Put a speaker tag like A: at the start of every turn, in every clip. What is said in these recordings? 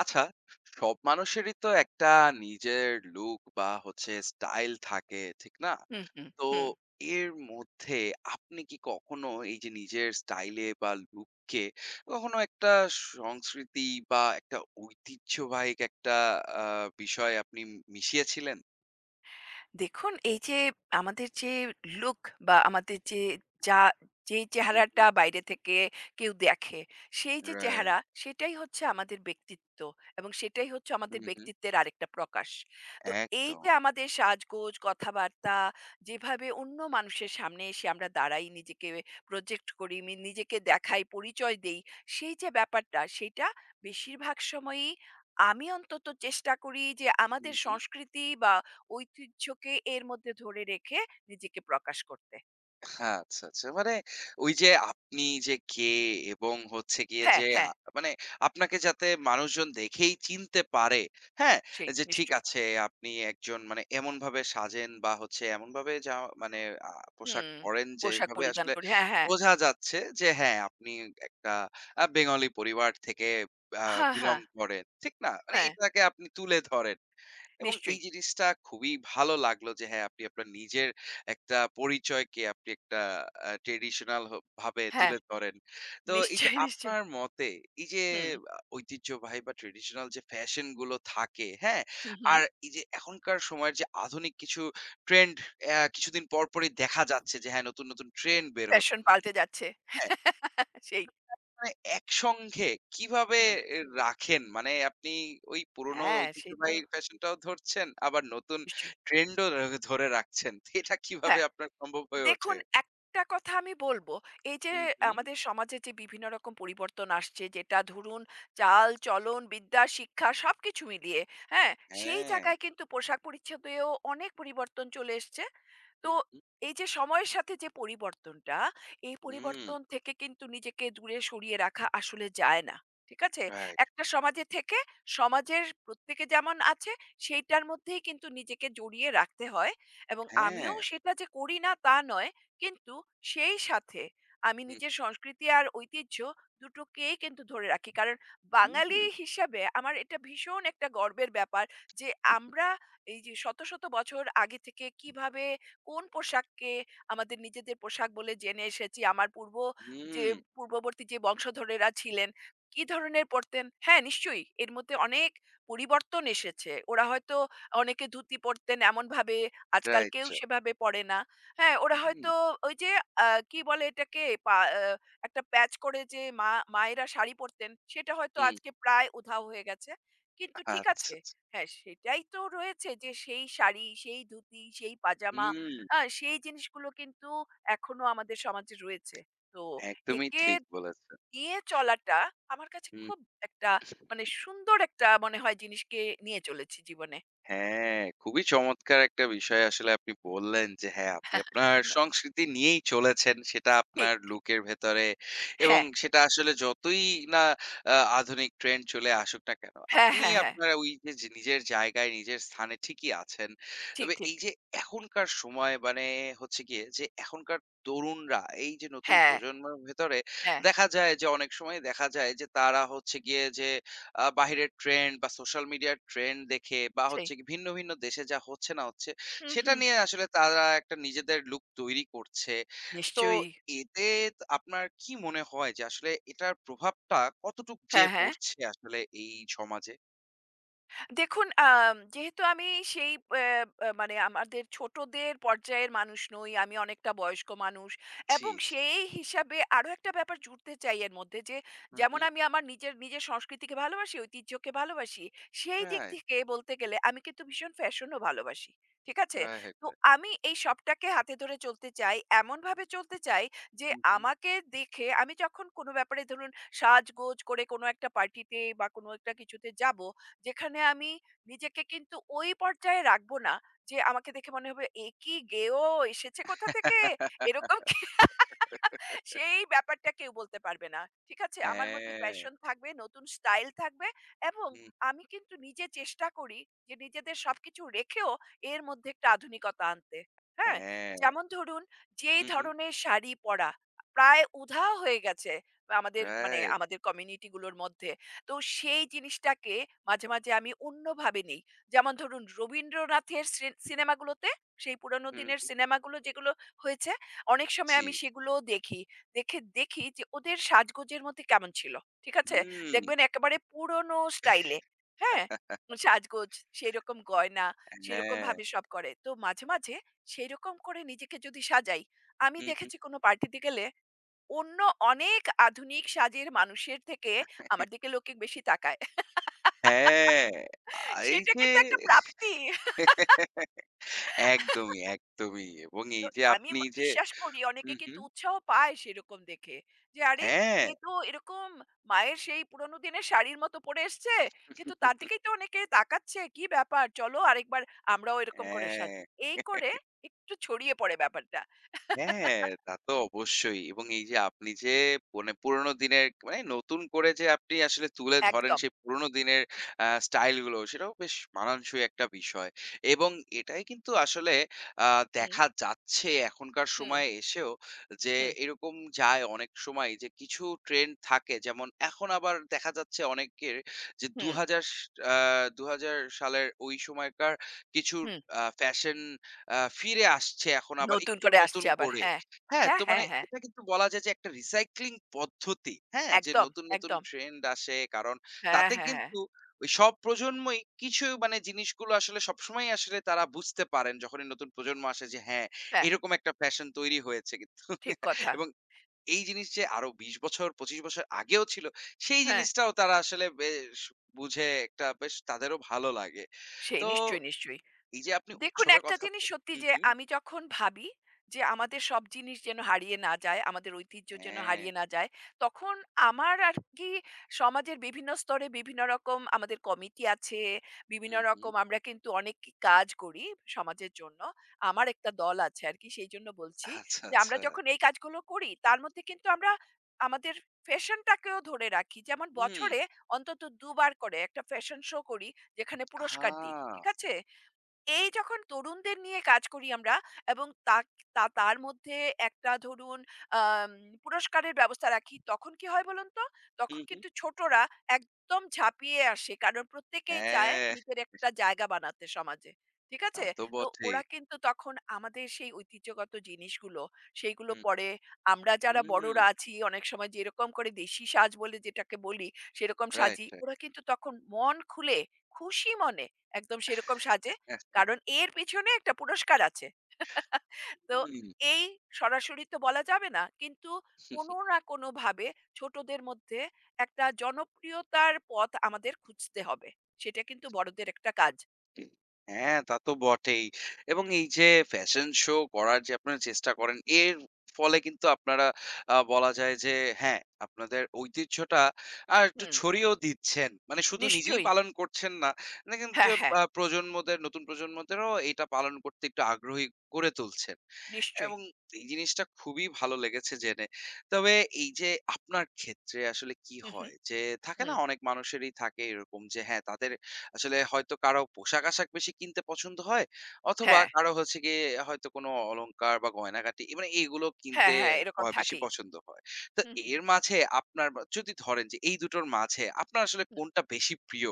A: আচ্ছা, সব মানুষেরই তো একটা নিজের লুক বা স্টাইল থাকে, ঠিক না?
B: হুম, হুম,
A: তো
B: হুম।
A: এর মধ্যে আপনি কি কখনো এই যে নিজের স্টাইলে বা লুককে কখনো একটা সংস্কৃতি বা একটা ঐতিহ্যবাহী একটা বিষয় আপনি মিশিয়েছিলেন?
B: দেখুন, এই যে আমাদের যে লুক বা আমাদের যে যা যেই
A: হুম হুম।
B: চেহারাটা বাইরে থেকে কেউ দেখে, সেই যে
A: রাইট।
B: চেহারা সেটাই হচ্ছে আমাদের ব্যক্তিত্ব এবং সেটাই হচ্ছে
A: হুম
B: আমাদের
A: হুম।
B: ব্যক্তিত্বের আরেকটা প্রকাশ। তো এই যে
A: একদম।
B: আমাদের সাজগোজ, কথাবার্তা যেভাবে অন্য মানুষের সামনে এসে আমরা দাঁড়াই, নিজেকে প্রজেক্ট করি, নিজেকে দেখাই, পরিচয় দেই, সেই যে ব্যাপারটা সেইটা বেশিরভাগ সময়ই আমি অন্তত চেষ্টা করি যে
A: হুম
B: আমাদের
A: হুম।
B: সংস্কৃতি বা ঐতিহ্যকে এর মধ্যে ধরে রেখে নিজেকে প্রকাশ করতে।
A: হ্যাঁ, আচ্ছা, আচ্ছা। মানে ওই যে আপনি যে কে এবং হচ্ছে গিয়ে যে
B: হ্যাঁ,
A: আ
B: হ্যাঁ,
A: মানে আপনাকে যাতে মানুষজন দেখেই চিনতে পারে, হ্যাঁ?
B: সেই
A: যে ঠিক
B: নিশ্চয়ই।
A: আছে, আপনি একজন মানে এমনভাবে সাজেন বা এমনভাবে যা মানে আ পোশাক
B: হুম,
A: পরেন
B: পোশাক
A: যেভাবে
B: পরিধান
A: আসলে
B: করে। হ্যাঁ, হ্যাঁ।
A: বোঝা যাচ্ছে যে হ্যাঁ, আপনি একটা বেঙ্গলি পরিবার থেকে আ
B: হ্যাঁ,
A: বিলং
B: হ্যাঁ,
A: করেন। ঠিক না? মানে
B: হ্যাঁ,
A: এটাকে আপনি তুলে ধরেন। এবং এই
B: নিশ্চয়ই।
A: জিনিসটা খুবই ভালো লাগলো যে হ্যাঁ, আপনি আপনার নিজের একটা পরিচয়কে আপনি একটা ট্র্যাডিশনাল ভাবে
B: হ্যাঁ,
A: তুলে ধরেন। তো এই যে
B: নিশ্চয়ই, নিশ্চয়ই।
A: আপনার মতে এই যে
B: হুম,
A: ঐতিহ্যবাহী বা ট্র্যাডিশনাল যে ফ্যাশন গুলো থাকে, হ্যাঁ?
B: হুম, হুম।
A: আর এই যে এখনকার সময়ের যে আধুনিক কিছু ট্রেন্ড, কিছুদিন পরই দেখা যাচ্ছে যে হ্যাঁ, নতুন, নতুন ট্রেন্ড বের হচ্ছে,
B: ফ্যাশন পাল্টে যাচ্ছে।
A: হ্যাঁ?
B: সেই।
A: মানে একসঙ্ঘে কিভাবে
B: হুম।
A: এ রাখেন? মানে আপনি ওই পুরনো
B: হ্যাঁ, সে তো
A: ঐতিহ্যবাহী ফ্যাশনটাও ধরছেন, আবার নতুন
B: নিশ্চয়ই।
A: ট্রেন্ডও ধরে রাখছেন। তো এটা কিভাবে
B: হ্যাঁ।
A: আপনার সম্ভব হয়ে
B: দেখুন,
A: ওঠে?
B: একটা কথা আমি বলব, এই যে
A: হুম, হুম।
B: আমাদের সমাজে যে বিভিন্ন রকম পরিবর্তন আসছে যেটা ধরুন চাল-চলন, বিদ্যা, শিক্ষা সবকিছু মিলিয়ে, হ্যাঁ? সেই
A: হ্যাঁ।
B: জায়গায় কিন্তু পোশাক-পরিচ্ছদেও অনেক পরিবর্তন চলে এসছে। তো
A: হুম, হুম,
B: এই যে সময়ের সাথে যে পরিবর্তনটা, এই
A: হুম,
B: পরিবর্তন থেকে কিন্তু নিজেকে দূরে সরিয়ে রাখা আসলে যায় না। ঠিক আছে?
A: রাইট।
B: একটা সমাজে থেকে সমাজের প্রত্যেকে যেমন আছে সেইটার মধ্যেই কিন্তু নিজেকে জড়িয়ে রাখতে হয়। এবং আমিও
A: হ্যাঁ।
B: সেটা যে করি না তা নয়, কিন্তু সেই সাথে আমি
A: হুম,
B: নিজের সংস্কৃতি আর ঐতিহ্য দুটোকেই কিন্তু ধরে রাখি। কারণ
A: হুম,
B: বাঙালি হিসাবে আমার এটা ভীষণ একটা গর্বের ব্যাপার যে আমরা এই যে শত, শত বছর আগে থেকে কিভাবে কোন পোশাককে আমাদের নিজেদের পোশাক বলে জেনে এসেছি। আমার যে
A: হুম,
B: পূর্ববর্তী যে বংশধরেরা ছিলেন, কি ধরনের পড়তেন? হ্যাঁ, নিশ্চয়ই এর মধ্যে অনেক পরিবর্তন এসেছে। ওরা হয়তো অনেকে ধুতি পড়তেন এমনভাবে আজকাল
A: রাইট, রাইট।
B: কেউ সেভাবে পড়ে না। হ্যাঁ, ওরা
A: হুম,
B: হয়তো ওই যে আ কি বলে এটাকে পা আ একটা প্যাচ করে যে মায়েরা শাড়ি পরতেন, সেটা হয়তো
A: হুম।
B: আজকে প্রায় উধাও হয়ে গেছে। কিন্তু ঠিক
A: আচ্ছা,
B: আছে।
A: আচ্ছা।
B: হ্যাঁ, সেটাই তো রয়েছে যে সেই শাড়ি, সেই ধুতি, সেই পাজামা
A: হুম।
B: সেই জিনিসগুলো কিন্তু এখনো আমাদের সমাজে রয়েছে। তো
A: একদমই
B: একে
A: ঠিক বলেছেন।
B: নিয়ে চলাটা আমার কাছে
A: হুম।
B: খুব একটা মানে সুন্দর একটা মনে হয় জিনিসকে নিয়ে চলেছি জীবনে।
A: হ্যাঁ, খুবই চমৎকার একটা বিষয় আসলে আপনি বললেন যে হ্যাঁ, আপনি আপনার
B: ধন্য
A: সংস্কৃতি নিয়েই চলেছেন। সেটা
B: ঠিক,
A: আপনার
B: ঠিক।
A: লুকের ভেতরে, এবং
B: হ্যাঁ।
A: সেটা আসলে যতই না আধুনিক ট্রেন্ড চলে আসুক না কেন,
B: হ্যাঁ,
A: আপনি
B: হ্যাঁ, হ্যাঁ।
A: আপনার ওই যে যে নিজের জায়গায়, নিজের স্থানে ঠিকই আছেন।
B: ঠিক,
A: তবে
B: ঠিক।
A: এই যে এখনকার সময় মানে হচ্ছে গিয়ে যে এখনকার তরুণরা এই যে নতুন
B: হ্যাঁ,
A: প্রজন্মের ভেতরে
B: হ্যাঁ।
A: দেখা যায় যে অনেক সময় দেখা যায় যে তারা হচ্ছে গিয়ে যে বাহিরের ট্রেন্ড বা সোশ্যাল মিডিয়ার ট্রেন্ড দেখে বা
B: সেই।
A: কি ভিন্ন, ভিন্ন দেশে যা হচ্ছে না হচ্ছে,
B: হুম,
A: সেটা
B: হুম।
A: নিয়ে আসলে তারা একটা নিজেদের লুক তৈরি করছে। তো
B: নিশ্চয়ই।
A: এতে আপনার কি মনে হয় যে আসলে এটার প্রভাবটা কতটুক যেয়ে
B: হ্যাঁ, হ্যাঁ।
A: পড়ছে আসলে এই সমাজে?
B: দেখুন, যেহেতু আমি সেই অ্যা অ্যা মানে আমাদের ছোটদের পর্যায়ের মানুষ নই, আমি অনেকটা বয়স্ক মানুষ
A: জি,
B: এবং
A: জি।
B: সেই হিসাবে আরো একটা ব্যাপার জুড়তে চাই এর মধ্যে যে,
A: হুম,
B: যেমন
A: হুম।
B: আমি আমার নিজের সংস্কৃতিকে ভালোবাসি, ঐতিহ্যকে ভালোবাসি, সেই দিক
A: রাইট,
B: থেকে বলতে গেলে আমি কিন্তু ভীষণ ফ্যাশনও ভালোবাসি। ঠিক আছে?
A: রাইট,
B: তো
A: রাইট।
B: আমি এই সবটাকে হাতে ধরে চলতে চাই, এমনভাবে চলতে চাই যে
A: হুম, হুম।
B: আমাকে দেখে আমি যখন কোনো ব্যাপারে ধরুন সাজগোজ করে কোনো একটা পার্টিতে বা কোনো একটা কিছুতে যাব যেখানে আমি নিজেকে কিন্তু ওই পর্যায়ে রাখবো না যে আমাকে দেখে মনে হবে এ কি গেয়েও এসেছে কোথা থেকে এরকম সেই ব্যাপারটা কেউ বলতে পারবে না। ঠিক আছে? আমার মধ্যে
A: হ্যাঁ,
B: প্যাশন থাকবে, নতুন স্টাইল থাকবে এবং
A: হুম,
B: আমি কিন্তু নিজে চেষ্টা করি যে নিজেদের সবকিছু রেখেও এর মধ্যে একটা আধুনিকতা আনতে। হ্যাঁ?
A: হ্যাঁ,
B: যেমন ধরুন যেই
A: হুম, হুম।
B: ধরনের শাড়ি পরা প্রায় উধাও হয়ে গেছে আমাদের মানে
A: রাইট।
B: আমাদের কমিউনিটি গুলোর মধ্যে। তো সেই জিনিসটাকে মাঝে, মাঝে আমি অন্যভাবে নেই। যেমন ধরুন রবীন্দ্রনাথের সিনেমাগুলোতে সেই পুরনো
A: হুম।
B: দিনের সিনেমাগুলো যেগুলো হয়েছে অনেক সময়
A: জি,
B: আমি সেগুলোও দেখি। দেখে দেখি যে ওদের সাজগোজের মধ্যে কেমন ছিল। ঠিক আছে?
A: হুম,
B: দেখবেন একেবারে পুরনো স্টাইলে, হ্যাঁ? সাজগোজ, সেইরকম গয়না,
A: হ্যাঁ,
B: সেরকমভাবে সব করে। তো মাঝে, মাঝে সেইরকম করে নিজেকে যদি সাজাই, আমি
A: হুম, হুম।
B: দেখেছি কোনো পার্টিতে গেলে অন্য অনেক আধুনিক সাজের মানুষের থেকে আমার দিকে লোকে বেশি তাকায়।
A: হ্যাঁ, আ এই
B: সেটা
A: যে
B: কিন্তু একটা প্রাপ্তি।
A: একদমই, একদমই, এবং এই
B: তো
A: যে
B: আমি
A: আপনি যে
B: বিশ্বাস করি
A: হু,
B: অনেকে
A: হু।
B: কিন্তু উৎসাহ পায় সেরকম দেখে। যে আরে
A: হ্যাঁ,
B: এ তো এরকম মায়ের সেই পুরনো দিনের শাড়ির মতো পরে এসছে। কিন্তু তার দিকেই তো অনেকে তাকাচ্ছে। কি ব্যাপার? চলো আরেকবার আমরাও এরকম করে সাজি।
A: হ্যাঁ।
B: এই করে একটু ছড়িয়ে পড়ে ব্যাপারটা।
A: হ্যাঁ, তা তো অবশ্যই। এবং এই যে আপনি যে মানে পুরোনো দিনের মানে নতুন করে যে আপনি আসলে তুলে ধরেন
B: একদম।
A: সেই পুরোনো দিনের স্টাইল গুলো, সেটাও বেশ মানানসই একটা বিষয়। এবং এটাই কিন্তু আসলে আ
B: হুম,
A: দেখা যাচ্ছে এখনকার
B: হুম,
A: সময়ে এসেও যে
B: হুম,
A: এরকম যায় অনেক সময় যে কিছু ট্রেন্ড থাকে, যেমন এখন আবার দেখা যাচ্ছে অনেকের যে
B: হুম,
A: ২০০০ স আ ২০০০ সালের ওই সময়কার কিছু
B: হুম।
A: ফ্যাশন আ ফিরে আসছে এখন আবার
B: নতুন
A: একটু
B: করে
A: নতুন
B: আসছে আবার।
A: করে।
B: হ্যাঁ।
A: হ্যাঁ,
B: হ্যাঁ,
A: তো মানে
B: হ্যাঁ, হ্যাঁ।
A: এটা কিন্তু বলা যায় যে একটা রিসাইক্লিং পদ্ধতি। হ্যাঁ? যে
B: একদম,
A: নতুন, নতুন
B: একদম।
A: ট্রেন্ড আসে, কারণ
B: হ্যাঁ,
A: তাতে
B: হ্যাঁ, হ্যাঁ।
A: কিন্তু ওই সব প্রজন্মই কিছু মানে জিনিসগুলো আসলে সবসময়ই আসলে তারা বুঝতে পারেন যখনই নতুন প্রজন্ম আসে যে হ্যাঁ,
B: হ্যাঁ,
A: এরকম একটা ফ্যাশন তৈরি হয়েছে কিন্তু
B: ঠিক কথা।
A: এবং এই জিনিস যে আরো ২০ বছর ২৫ বছর আগেও ছিল সেই
B: হ্যাঁ,
A: জিনিসটাও তারা আসলে বেশ বুঝে, একটা বেশ তাদেরও ভালো লাগে।
B: সেই
A: তো
B: নিশ্চয়ই, নিশ্চয়ই।
A: এই যে আপনি
B: দেখুন, একটা জিনিস সত্যি
A: হুম,
B: যে
A: হুম।
B: আমি যখন ভাবি যে আমাদের সব জিনিস যেন হারিয়ে না যায়, আমাদের ঐতিহ্য যেন
A: হ্যাঁ।
B: হারিয়ে না যায়, তখন আমার আর কি সমাজের বিভিন্ন স্তরে বিভিন্ন রকম আমাদের কমিটি আছে, বিভিন্ন
A: হুম, হুম।
B: রকম আমরা কিন্তু অনেক কাজ করি সমাজের জন্য। আমার একটা দল আছে আরকি সেইজন্য বলছি
A: আচ্ছা,
B: যে আমরা
A: আচ্ছা।
B: যখন এই কাজগুলো করি তার মধ্যে কিন্তু আমরা আমাদের ফ্যাশনটাকেও ধরে রাখি। যেমন
A: হুম।
B: বছরে অন্তত ২ বার করে একটা ফ্যাশন শো করি যেখানে পুরস্কার দিই।
A: আহা!
B: ঠিক আছে? এই যখন তরুণদের নিয়ে কাজ করি আমরা এবং তা তার মধ্যে একটা ধরুন আম পুরস্কারের ব্যবস্থা রাখি। তখন কি হয় বলুন তো?
A: হুম,
B: তখন
A: হুম।
B: কিন্তু ছোটরা একদম ঝাঁপিয়ে আসে। কারণ প্রত্যেকেই চায়
A: হ্যাঁ,
B: নিজের একটা জায়গা বানাতে সমাজে। ঠিক
A: তা
B: আছে?
A: তো
B: তো
A: বটেই।
B: ওরা কিন্তু তখন আমাদের সেই ঐতিহ্যগত জিনিসগুলো, সেইগুলো
A: হুম,
B: পরে আমরা যারা
A: হুম।
B: বড়রা আছি অনেক সময় যেরকম করে দেশি সাজ বলে যেটাকে বলি, সেরকম
A: রাইট,
B: সাজি।
A: রাইট।
B: ওরা কিন্তু তখন মন খুলে খুশি মনে একদম সেরকম সাজে
A: হ্যাঁ,
B: কারণ এর পেছনে একটা পুরস্কার আছে। তো
A: হুম।
B: এই সরাসরি তো বলা যাবে না। কিন্তু কোনো না কোনোভাবে ছোটদের মধ্যে একটা জনপ্রিয়তার পথ আমাদের খুঁজতে হবে। সেটা কিন্তু বড়দের একটা কাজ।
A: হ্যাঁ, তা তো বটেই। এবং এই যে ফ্যাশন শো করার যে আপনারা চেষ্টা করেন, এর ফলে কিন্তু আপনারা বলা যায় যে হ্যাঁ, আপনাদের ঐতিহ্যটা একটু
B: হুম,
A: ছড়িয়েও দিচ্ছেন। মানে শুধু নিজেই
B: নিশ্চয়ই।
A: পালন করছেন না, মানে কিন্তু যে
B: হ্যাঁ, হ্যাঁ,
A: আ প্রজন্মদের নতুন প্রজন্মদেরও এটা পালন করতে একটু আগ্রহী করে তুলছেন।
B: নিশ্চয়ই।
A: এবং এই জিনিসটা খুবই ভালো লেগেছে জেনে। তবে এই যে আপনার ক্ষেত্রে আসলে কি
B: হু, হু,
A: হয় যে থাকে না
B: হুম।
A: অনেক মানুষেরই থাকে এরকম যে হ্যাঁ, তাদের আসলে হয়তো কারো পোশাক-আশাক বেশি কিনতে পছন্দ হয়, অথবা
B: হ্যাঁ,
A: কারো হচ্ছে গিয়ে হয়তো কোনো অলংকার বা গয়নাগাটি মানে এইগুলো
B: হ্যাঁ,
A: কিনতে
B: হ্যাঁ, এরকম
A: বেশি
B: থাকেই।
A: পছন্দ হয়। তো
B: হু, হু, হু।
A: এর মাঝে আপনার বা যদি ধরেন যে এই দুটোর মাঝে আপনার আসলে কোনটা বেশি প্রিয়?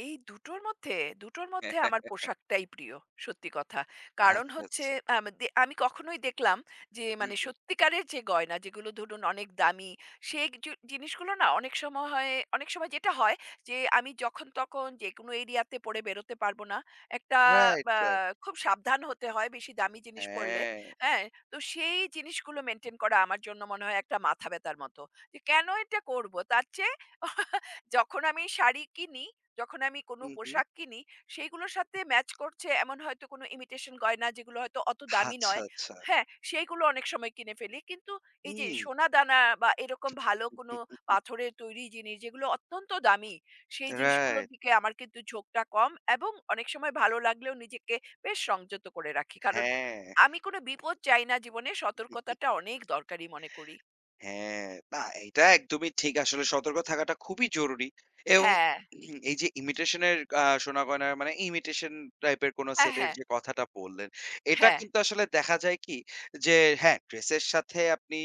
B: এই দুটোর মধ্যে, দুটোর মধ্যে আমার পোশাকটাই প্রিয়। সত্যি কথা। কারণ
A: আচ্ছা,
B: হচ্ছে
A: আচ্ছা।
B: আম দে আমি কখনোই দেখলাম যে
A: হুম,
B: মানে
A: হুম।
B: সত্যিকারের যে গয়না যেগুলো ধরুন অনেক দামি, সেই জিনিসগুলো না অনেক সময় হয় অনেক সময় যেটা হয় যে আমি যখন তখন যেকোনো এরিয়াতে পড়ে বেরোতে পারব না। একটা
A: রাইট,
B: আ
A: রাইট।
B: খুব সাবধান হতে হয় বেশি দামি জিনিস পড়লে।
A: হ্যাঁ।
B: হ্যাঁ? তো সেই জিনিসগুলো মেইনটেইন করা আমার জন্য মনে হয় একটা মাথা ব্যাথার মতো। যে কেন এটা করব? তার চেয়ে যখন আমি শাড়ি কিনি যখন আমি কোনো
A: হুম, হুম।
B: পোশাক কিনি, সেইগুলোর সাথে ম্যাচ করছে এমন হয়তো কোনো ইমিটেশন গয়না যেগুলো হয়তো অত দামি
A: আচ্ছা,
B: নয়।
A: আচ্ছা।
B: হ্যাঁ, সেইগুলো অনেক সময় কিনে ফেলি। কিন্তু এই যে
A: হুম।
B: সোনাদানা বা এরকম ভালো কোনো পাথরের তৈরি জিনিস যেগুলো অত্যন্ত দামি, সেই জিনিসগুলোর
A: রাইট।
B: দিকে আমার কিন্তু ঝোঁকটা কম এবং অনেক সময় ভালো লাগলেও নিজেকে বেশ সংযত করে রাখি। কারণ
A: হ্যাঁ।
B: আমি কোনো বিপদ চাই না জীবনে, সতর্কতাটা অনেক দরকারি মনে করি।
A: হ্যাঁ, না, এইটা একদমই ঠিক। আসলে সতর্ক থাকাটা খুবই জরুরি, এবং
B: হ্যাঁ,
A: এই যে ইমিটেশন এর সোনা গয়না মানে ইমিটেশন টাইপের কোন
B: হ্যাঁ,
A: সেটের
B: হ্যাঁ,
A: যে কথাটা বললেন, এটা
B: হ্যাঁ,
A: কিন্তু আসলে দেখা যায় কি যে হ্যাঁ, ড্রেসের সাথে আপনি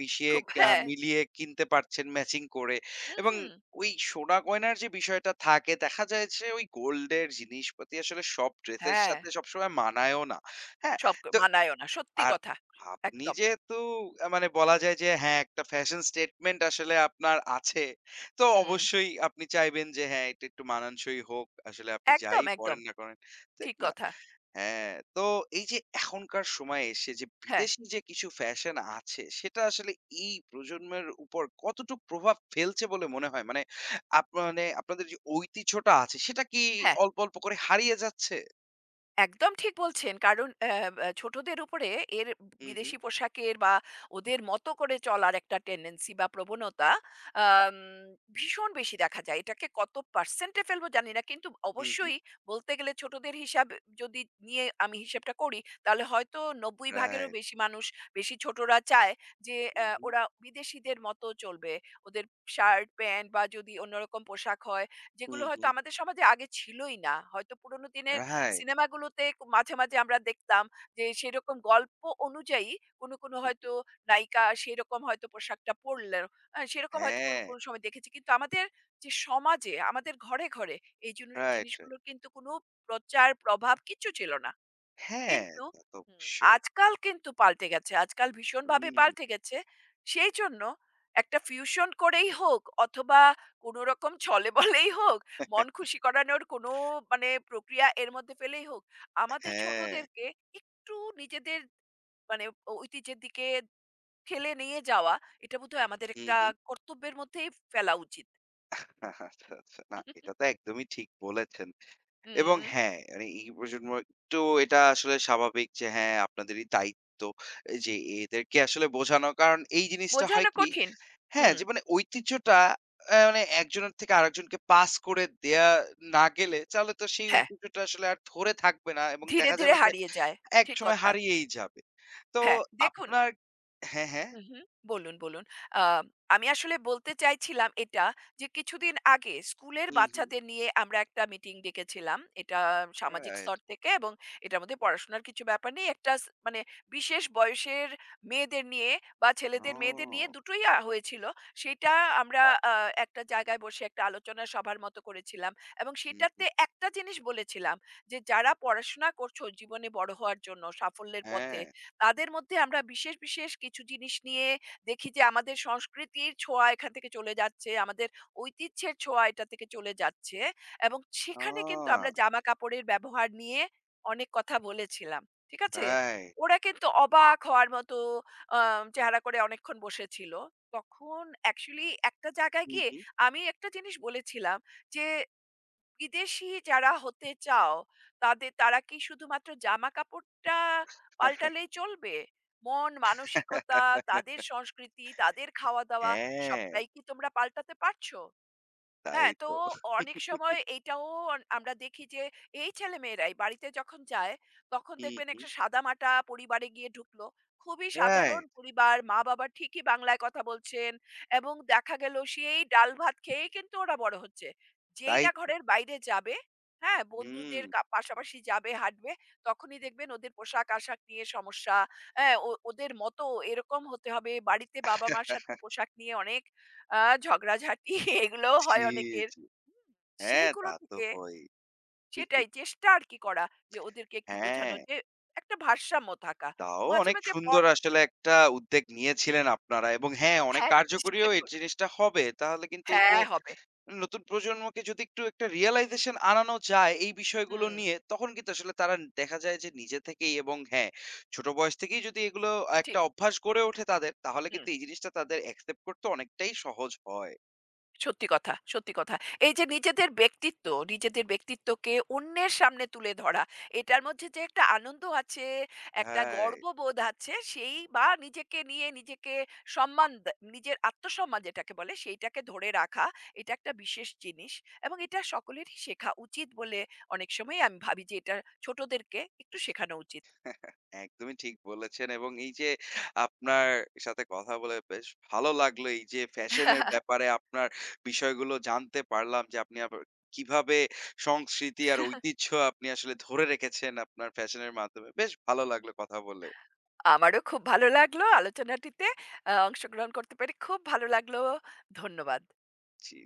A: মিশিয়ে
B: খুব হ্যাঁ।
A: মিলিয়ে কিনতে পারছেন ম্যাচিং করে,
B: হুম,
A: এবং
B: হুম।
A: ওই সোনা গয়নার যে বিষয়টা থাকে দেখা যায় যে ওই গোল্ড এর জিনিসপাতি আসলে সব ড্রেসের
B: হ্যাঁ।
A: সাথে সবসময় মানায়ও না। হ্যাঁ?
B: সব মানায়ও না। সত্যি
A: আর
B: কথা।
A: আপনি
B: একদম।
A: যেহেতু মানে বলা যায় যে হ্যাঁ, একটা ফ্যাশন স্টেটমেন্ট আসলে আপনার আছে। তো
B: হুম,
A: অবশ্যই আপনি চাইবেন যে হ্যাঁ, এটা একটু মানানসই হোক। আসলে আপনি যাই
B: একদম, একদম।
A: পড়েন না করেন, ঠিক
B: ঠিক
A: না?
B: কথা।
A: হ্যাঁ, তো এই যে এখনকার সময়ে এসে যে
B: হ্যাঁ,
A: বিদেশি যে কিছু ফ্যাশন আছে, সেটা আসলে এই প্রজন্মের উপর কতটুক প্রভাব ফেলছে বলে মনে হয়? মানে আপ মানে আপনাদের যে ঐতিহ্যটা আছে, সেটা কি
B: হ্যাঁ।
A: অল্প, অল্প করে হারিয়ে যাচ্ছে?
B: একদম ঠিক বলছেন। কারণ অ্যা অ্যা ছোটদের উপরে এর
A: হু, হু,
B: বিদেশি পোশাকের বা ওদের মতো করে চলার একটা টেনডেন্সি বা প্রবণতা আম ভীষণ বেশি দেখা যায়। এটাকে কত পার্সেন্টে ফেলবো জানি না। কিন্তু
A: হু, হু।
B: অবশ্যই বলতে গেলে ছোটদের হিসাব যদি নিয়ে আমি হিসেবটা করি, তাহলে হয়তো ৯০ ভাগেরও
A: রাইট।
B: বেশি মানুষ, বেশি ছোটরা চায় যে
A: হু, হু,
B: ওরা বিদেশিদের মতো চলবে। ওদের শার্ট, প্যান্ট বা যদি অন্যরকম পোশাক হয়,
A: হু,
B: যেগুলো
A: হু।
B: হয়তো আমাদের সমাজে আগে ছিলই না। হয়তো পুরোনো দিনে
A: রাইট।
B: সিনেমাগুলোতে মাঝে, মাঝে আমরা দেখতাম যে সেরকম গল্প অনুযায়ী কোনো, কোনো হয়তো নায়িকা সেরকম হয়তো পোশাকটা পরলেন। সেরকম হয়তো কোনো,
A: হ্যাঁ,
B: কোনো সময় দেখেছি। কিন্তু আমাদের যে সমাজে, আমাদের ঘরে, ঘরে এই
A: রাইট, রাইট।
B: জিনিসগুলোর কিন্তু কোনো প্রচার প্রভাব কিচ্ছু ছিল না।
A: হ্যাঁ,
B: কিন্তু
A: তা তো
B: হুম,
A: অবশ্যই।
B: আজকাল কিন্তু পাল্টে গেছে। আজকাল ভীষণভাবে
A: হুম।
B: পাল্টে গেছে। সেই জন্য একটা ফিউশন করেই হোক অথবা কোনো রকম ছলে-বলেই হোক, মন খুশি করানোর কোনো মানে প্রক্রিয়া এর মধ্যে ফেলেই হোক, আমাদের
A: হ্যাঁ।
B: ছোটদেরকে একটু নিজেদের মানে ঐতিহ্যের দিকে ঠেলে নিয়ে যাওয়া, এটা বোধহয় আমাদের
A: হুম,
B: একটা
A: হুম।
B: কর্তব্যের মধ্যেই ফেলা উচিত।
A: আচ্ছা, আচ্ছা। না, এটা তো একদমই ঠিক বলেছেন। এবং
B: হুম,
A: হ্যাঁ, মানে এই প্রজন্ম একটু এটা আসলে স্বাভাবিক যে হ্যাঁ, আপনাদেরই দায়িত্ব যে এদেরকে আসলে বোঝানো। কারণ এই জিনিসটা হয়
B: বোঝানো
A: কি
B: কঠিন।
A: হ্যাঁ,
B: হুম,
A: যে মানে ঐতিহ্যটা মানে একজনের থেকে আরেকজনকে পাস করে দেয়া না গেলে তাহলে তো সেই
B: হ্যাঁ,
A: ঐতিহ্যটা আসলে আর ধরে থাকবে না, এবং
B: ধীরে,
A: দেখা
B: ধীরে
A: যাবে যে
B: হারিয়ে যায়। ঠিক
A: একসময়
B: কথা।
A: হারিয়েই যাবে। তো
B: হ্যাঁ, দেখুন
A: আপনার হ্যাঁ, হ্যাঁ।
B: হু, হু। বলুন, বলুন। আ আমি আসলে বলতে চাইছিলাম এটা যে কিছুদিন আগে স্কুলের
A: হু, হু।
B: বাচ্চাদের নিয়ে আমরা একটা মিটিং ডেকেছিলাম। এটা সামাজিক
A: রাইট।
B: স্তর থেকে এবং এটার মধ্যে পড়াশোনার কিছু ব্যাপার নেই। একটা মানে বিশেষ বয়সের মেয়েদের নিয়ে বা ছেলেদের মেয়েদের নিয়ে
A: ও!
B: দুটোই হয়েছিল। সেটা আমরা আ একটা জায়গায় বসে একটা আলোচনা সভার মতো করেছিলাম এবং
A: হু, হু।
B: সেটাতে একটা জিনিস বলেছিলাম যে, "যারা পড়াশোনা করছো জীবনে বড় হওয়ার জন্য সাফল্যের পথে
A: হ্যাঁ।
B: তাদের মধ্যে আমরা বিশেষ, বিশেষ কিছু জিনিস নিয়ে দেখি যে আমাদের সংস্কৃতির ছোঁয়া এখান থেকে চলে যাচ্ছে, আমাদের ঐতিহ্যের ছোঁয়া এটা থেকে চলে যাচ্ছে এবং সেখানে কিন্তু
A: ও!
B: আমরা জামাকাপড়ের ব্যবহার নিয়ে অনেক কথা বলেছিলাম। ঠিক আছে?
A: রাইট।
B: ওরা কিন্তু অবাক হওয়ার মতো আ চেহারা করে অনেকক্ষণ বসেছিল। তখন অ্যাকচুয়ালি একটা জায়গায়
A: হু,
B: গিয়ে
A: হু।
B: আমি একটা জিনিস বলেছিলাম যে বিদেশী যারা হতে চাও, তাদের তারা কি শুধুমাত্র জামা-কাপড়টা পাল্টালেই চলবে? মন, মানসিকতা, তাদের সংস্কৃতি, তাদের খাওয়া-দাওয়া
A: হ্যাঁ,
B: সবটাই কি তোমরা পাল্টাতে পারছো?
A: তাই
B: হ্যাঁ, তো
A: তো।
B: অনেক সময় এইটাও আমরা দেখি যে এই ছেলেমেয়েরাই বাড়িতে যখন যায়, তখন
A: হু,
B: দেখবেন
A: হু।
B: একটা সাদামাটা পরিবারে গিয়ে ঢুকলো। খুবই সাধারণ
A: রাইট,
B: পরিবার, মা-বাবা ঠিকই বাংলায় কথা বলছেন এবং দেখা গেল সেই ডাল ভাত খেয়েই কিন্তু ওরা বড় হচ্ছে। যেই
A: তাই
B: না
A: তো।
B: ঘরের বাইরে যাবে, হ্যাঁ?
A: হুম।
B: বন্ধুদের পাশাপাশি যাবে, হাঁটবে, তখনই দেখবেন ওদের পোশাক-আশাক নিয়ে সমস্যা। হ্যাঁ, ওদের মতো এরকম হতে হবে। বাড়িতে বাবা-মার সাথে পোশাক নিয়ে অনেক আ ঝগড়াঝাটি এগুলোও
A: জি,
B: হয় অনেকের।
A: জি।
B: হুম?
A: হ্যাঁ,
B: সেইগুলো
A: তা তো
B: থেকে
A: হয়ই।
B: সেটাই চেষ্টা আর কি করা যে ওদেরকে একটু
A: হ্যাঁ,
B: বোঝানো যে একটা ভারসাম্য থাকা।
A: তাও
B: মাঝে,
A: অনেক
B: মাঝে
A: সুন্দর
B: পড়ো
A: আসলে একটা উদ্যোগ নিয়েছিলেন আপনারা, এবং হ্যাঁ, অনেক
B: হ্যাঁ, চেষ্টা
A: কার্যকরীও এই
B: করছি।
A: জিনিসটা হবে। তাহলে কিন্তু ওই যে
B: হ্যাঁ, হবে।
A: নতুন প্রজন্মকে যদি একটু একটা রিয়ালাইজেশন আনানো যায় এই বিষয়গুলো
B: হুম,
A: নিয়ে, তখন কিন্তু আসলে তারা দেখা যায় যে নিজে থেকেই এবং হ্যাঁ, ছোট বয়স থেকেই যদি এগুলো একটা
B: ঠিক।
A: অভ্যাস গড়ে ওঠে তাদের, তাহলে
B: হুম।
A: কিন্তু এই জিনিসটা তাদের অ্যাকসেপ্ট করতে অনেকটাই সহজ হয়।
B: সত্যি কথা, সত্যি কথা। এই যে নিজেদের ব্যক্তিত্ব, নিজেদের ব্যক্তিত্বকে অন্যের সামনে তুলে ধরা, এটার মধ্যে যে একটা আনন্দ আছে, একটা
A: রাইট।
B: গর্ববোধ আছে, সেই বা নিজেকে নিয়ে নিজেকে সম্মান দে নিজের আত্মসম্মান যেটাকে বলে, সেইটাকে ধরে রাখা, এটা একটা বিশেষ জিনিস এবং এটা সকলেরই শেখা উচিত বলে অনেক সময়ই আমি ভাবি যে এটা ছোটদেরকে একটু শেখানো উচিত।
A: একদমই ঠিক বলেছেন, এবং এই যে আপনার সাথে কথা বলে বেশ ভালো লাগলো। এই যে ফ্যাশনের ব্যাপারে আপনার বিষয়গুলো জানতে পারলাম যে আপনি আবার কিভাবে সংস্কৃতি আর ঐতিহ্য আপনি আসলে ধরে রেখেছেন আপনার ফ্যাশনের মাধ্যমে। বেশ ভালো লাগলো কথা বলে।
B: আমারও খুব ভালো লাগলো আলোচনাটিতে অংশগ্রহণ করতে পেরে খুব ভালো লাগলো। ধন্যবাদ।
A: জি।